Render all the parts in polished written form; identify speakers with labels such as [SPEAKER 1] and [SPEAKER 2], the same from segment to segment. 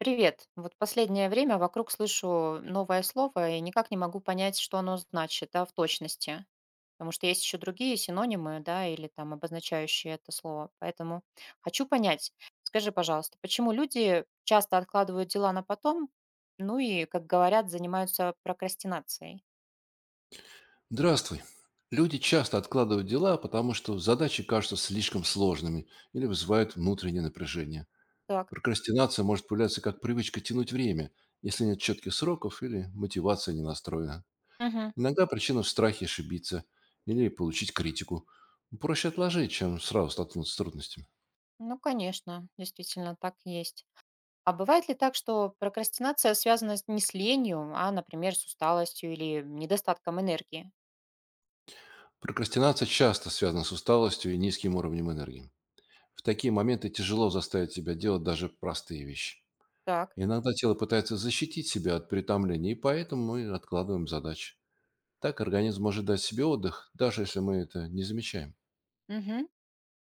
[SPEAKER 1] Привет. Вот последнее время вокруг слышу новое слово и никак не могу понять, что оно значит, да, в точности. Потому что есть еще другие синонимы, да, или там обозначающие это слово. Поэтому хочу понять. Скажи, пожалуйста, почему люди часто откладывают дела на потом, ну и, как говорят, занимаются прокрастинацией?
[SPEAKER 2] Здравствуй. Люди часто откладывают дела, потому что задачи кажутся слишком сложными или вызывают внутреннее напряжение.
[SPEAKER 1] Так.
[SPEAKER 2] Прокрастинация может появляться как привычка тянуть время, если нет четких сроков или мотивация не настроена.
[SPEAKER 1] Мгм.
[SPEAKER 2] Иногда причина в страхе ошибиться или получить критику. Проще отложить, чем сразу столкнуться с трудностями.
[SPEAKER 1] Ну, конечно, действительно так и есть. А бывает ли так, что прокрастинация связана не с ленью, а, например, с усталостью или недостатком энергии?
[SPEAKER 2] Прокрастинация часто связана с усталостью и низким уровнем энергии. В такие моменты тяжело заставить себя делать даже простые вещи.
[SPEAKER 1] Так.
[SPEAKER 2] Иногда тело пытается защитить себя от перетомления, и поэтому мы откладываем задачи. Так организм может дать себе отдых, даже если мы это не замечаем.
[SPEAKER 1] Мгм.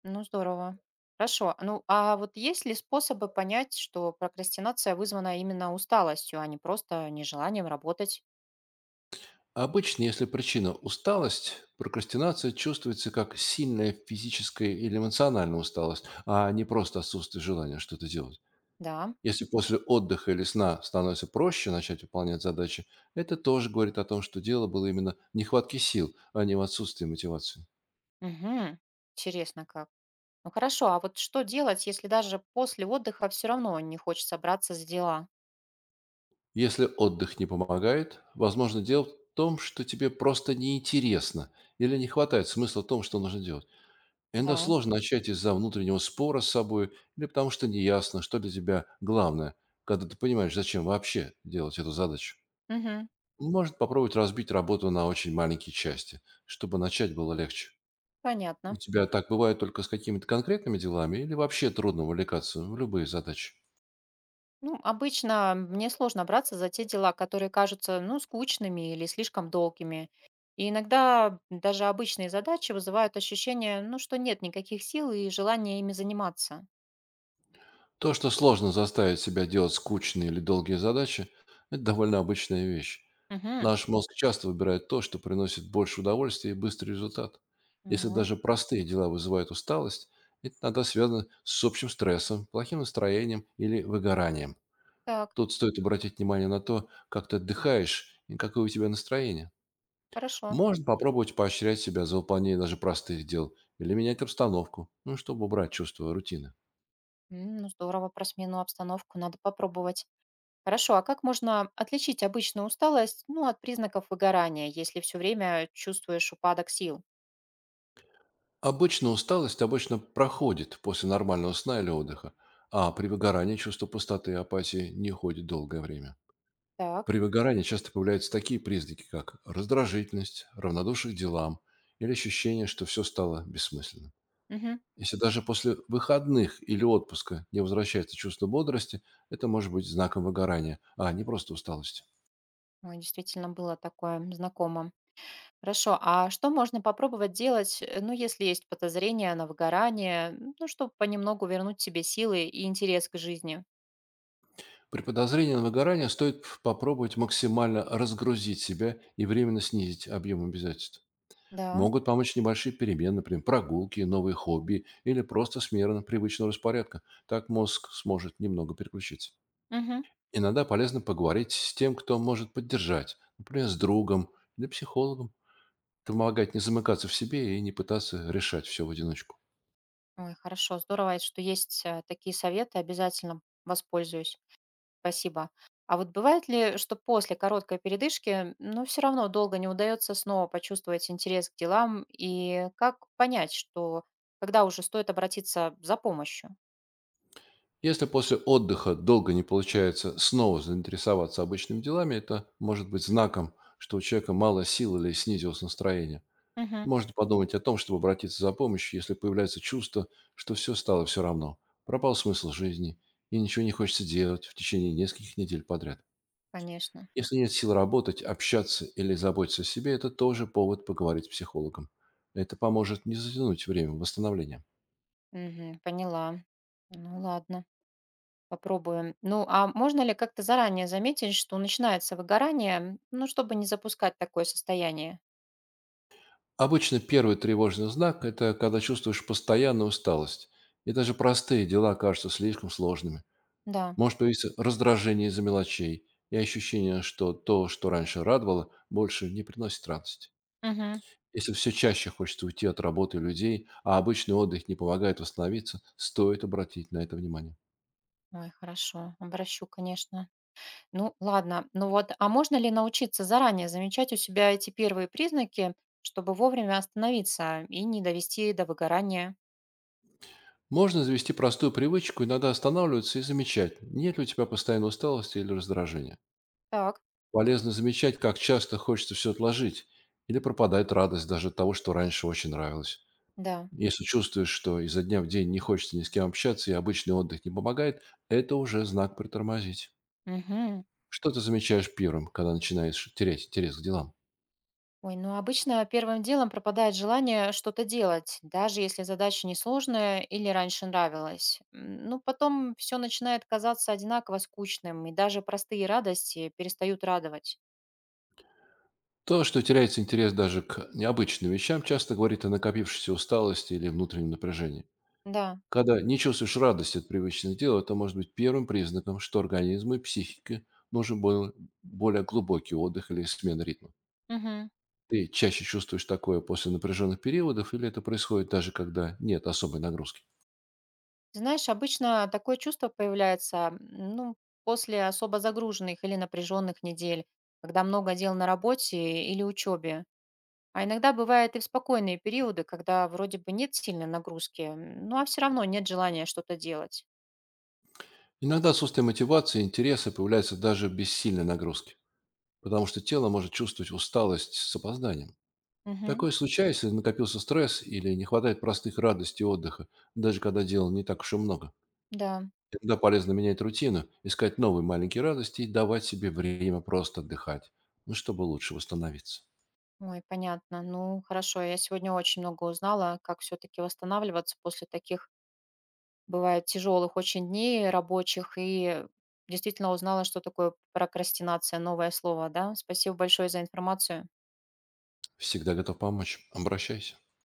[SPEAKER 1] Ну, здорово. Хорошо. Ну, а вот есть ли способы понять, что прокрастинация вызвана именно усталостью, а не просто нежеланием работать?
[SPEAKER 2] Обычно, если причина– усталость, прокрастинация чувствуется как сильная физическая или эмоциональная усталость, а не просто отсутствие желания что-то делать.
[SPEAKER 1] Да.
[SPEAKER 2] Если после отдыха или сна становится проще начать выполнять задачи, это тоже говорит о том, что дело было именно в нехватке сил, а не в отсутствии мотивации.
[SPEAKER 1] Мгм. Интересно как. Ну, хорошо. А вот что делать, если даже после отдыха все равно не хочется браться за дела?
[SPEAKER 2] Если отдых не помогает, возможно, дело в том, что тебе просто неинтересно или не хватает смысла в том, что нужно делать. Иногда
[SPEAKER 1] Да.
[SPEAKER 2] сложно начать из-за внутреннего спора с собой или потому что неясно, что для тебя главное, когда ты понимаешь, зачем вообще делать эту задачу.
[SPEAKER 1] Мгм.
[SPEAKER 2] Может попробовать разбить работу на очень маленькие части, чтобы начать было легче. У
[SPEAKER 1] Понятно.
[SPEAKER 2] тебя так бывает только с какими-то конкретными делами или вообще трудно увлекаться в любые задачи?
[SPEAKER 1] Ну, обычно мне сложно браться за те дела, которые кажутся, ну, скучными или слишком долгими. И иногда даже обычные задачи вызывают ощущение, ну, что нет никаких сил и желания ими заниматься.
[SPEAKER 2] То, что сложно заставить себя делать скучные или долгие задачи, это довольно обычная вещь.
[SPEAKER 1] Угу.
[SPEAKER 2] Наш мозг часто выбирает то, что приносит больше удовольствия и быстрый результат. Если
[SPEAKER 1] Мгм.
[SPEAKER 2] даже простые дела вызывают усталость, это иногда связано с общим стрессом, плохим настроением или выгоранием.
[SPEAKER 1] Так,
[SPEAKER 2] Тут стоит обратить внимание на то, как ты отдыхаешь и какое у тебя настроение.
[SPEAKER 1] хорошо.
[SPEAKER 2] Можно попробовать поощрять себя за выполнение даже простых дел или менять обстановку, чтобы убрать чувство рутины.
[SPEAKER 1] Ну, здорово, про смену обстановку надо попробовать. Хорошо, а как можно отличить обычную усталость, ну, от признаков выгорания, если все время чувствуешь упадок сил?
[SPEAKER 2] Обычно усталость обычно проходит после нормального сна или отдыха, а при выгорании чувство пустоты и апатии не уходит долгое время.
[SPEAKER 1] Так,
[SPEAKER 2] При выгорании часто появляются такие признаки, как раздражительность, равнодушие к делам или ощущение, что все стало бессмысленным.
[SPEAKER 1] угу.
[SPEAKER 2] Если даже после выходных или отпуска не возвращается чувство бодрости, это может быть знаком выгорания, а не просто усталости.
[SPEAKER 1] Ой, действительно было такое знакомо. Хорошо, а что можно попробовать делать, ну, если есть подозрение на выгорание, ну, чтобы понемногу вернуть себе силы и интерес к жизни?
[SPEAKER 2] При подозрении на выгорание стоит попробовать максимально разгрузить себя и временно снизить объем обязательств.
[SPEAKER 1] Да.
[SPEAKER 2] Могут помочь небольшие перемены, например, прогулки, новые хобби или просто смена привычного распорядка. Так мозг сможет немного переключиться.
[SPEAKER 1] Мгм.
[SPEAKER 2] Иногда полезно поговорить с тем, кто может поддержать, например, с другом или психологом. Это помогать не замыкаться в себе и не пытаться решать все в одиночку.
[SPEAKER 1] Ой, хорошо, здорово, что есть такие советы, обязательно воспользуюсь. Спасибо. А вот бывает ли, что после короткой передышки, ну, все равно долго не удается снова почувствовать интерес к делам, и как понять, что когда уже стоит обратиться за помощью?
[SPEAKER 2] Если после отдыха долго не получается снова заинтересоваться обычными делами, это может быть знаком, что у человека мало сил или снизилось настроение.
[SPEAKER 1] Мгм.
[SPEAKER 2] Можно подумать о том, чтобы обратиться за помощью, если появляется чувство, что все стало все равно. Пропал смысл жизни, и ничего не хочется делать в течение нескольких недель подряд.
[SPEAKER 1] Конечно.
[SPEAKER 2] Если нет сил работать, общаться или заботиться о себе, это тоже повод поговорить с психологом. Это поможет не затянуть время восстановления.
[SPEAKER 1] Мгм, поняла. Ну, ладно. Попробуем. Ну, а можно ли как-то заранее заметить, что начинается выгорание, ну, чтобы не запускать такое состояние?
[SPEAKER 2] Обычно первый тревожный знак– это когда чувствуешь постоянную усталость, и даже простые дела кажутся слишком сложными.
[SPEAKER 1] Да.
[SPEAKER 2] Может появиться раздражение из-за мелочей и ощущение, что то, что раньше радовало, больше не приносит радости.
[SPEAKER 1] Мгм.
[SPEAKER 2] Если все чаще хочется уйти от работы и людей, а обычный отдых не помогает восстановиться, стоит обратить на это внимание.
[SPEAKER 1] Ой, хорошо, обращу, конечно. Ну, ладно. Ну вот, а можно ли научиться заранее замечать у себя эти первые признаки, чтобы вовремя остановиться и не довести до выгорания?
[SPEAKER 2] Можно завести простую привычку, иногда останавливаться и замечать, нет ли у тебя постоянной усталости или раздражения.
[SPEAKER 1] Так,
[SPEAKER 2] Полезно замечать, как часто хочется все отложить или пропадает радость даже от того, что раньше очень нравилось.
[SPEAKER 1] да.
[SPEAKER 2] Если чувствуешь, что изо дня в день не хочется ни с кем общаться и обычный отдых не помогает, это уже знак притормозить.
[SPEAKER 1] Мгм.
[SPEAKER 2] Что ты замечаешь первым, когда начинаешь терять интерес к делам?
[SPEAKER 1] Ой, ну обычно первым делом пропадает желание что-то делать, даже если задача несложная или раньше нравилась. Ну, потом все начинает казаться одинаково скучным, и даже простые радости перестают радовать.
[SPEAKER 2] То, что теряется интерес даже к необычным вещам, часто говорит о накопившейся усталости или внутреннем напряжении.
[SPEAKER 1] Да.
[SPEAKER 2] Когда не чувствуешь радости от привычных дел, это может быть первым признаком, что организму и психике нужен был более глубокий отдых или смена ритма.
[SPEAKER 1] Мгм.
[SPEAKER 2] Ты чаще чувствуешь такое после напряженных периодов или это происходит даже когда нет особой нагрузки?
[SPEAKER 1] Знаешь, обычно такое чувство появляется, ну, после особо загруженных или напряженных недель, когда много дел на работе или учебе. А иногда бывает и в спокойные периоды, когда вроде бы нет сильной нагрузки, ну а все равно нет желания что-то делать.
[SPEAKER 2] Иногда отсутствие мотивации и интереса появляется даже без сильной нагрузки, потому что тело может чувствовать усталость с опозданием.
[SPEAKER 1] Мгм.
[SPEAKER 2] Такое случается, если накопился стресс или не хватает простых радостей отдыха, даже когда дел не так уж и много.
[SPEAKER 1] Да.
[SPEAKER 2] Иногда полезно менять рутину, искать новые маленькие радости и давать себе время просто отдыхать, ну, чтобы лучше восстановиться.
[SPEAKER 1] Ой, понятно. Ну, хорошо. Я сегодня очень много узнала, как все-таки восстанавливаться после таких, бывает, тяжелых очень дней рабочих. И действительно узнала, что такое прокрастинация, новое слово, да. Спасибо большое за информацию.
[SPEAKER 2] Всегда готов помочь. Обращайся.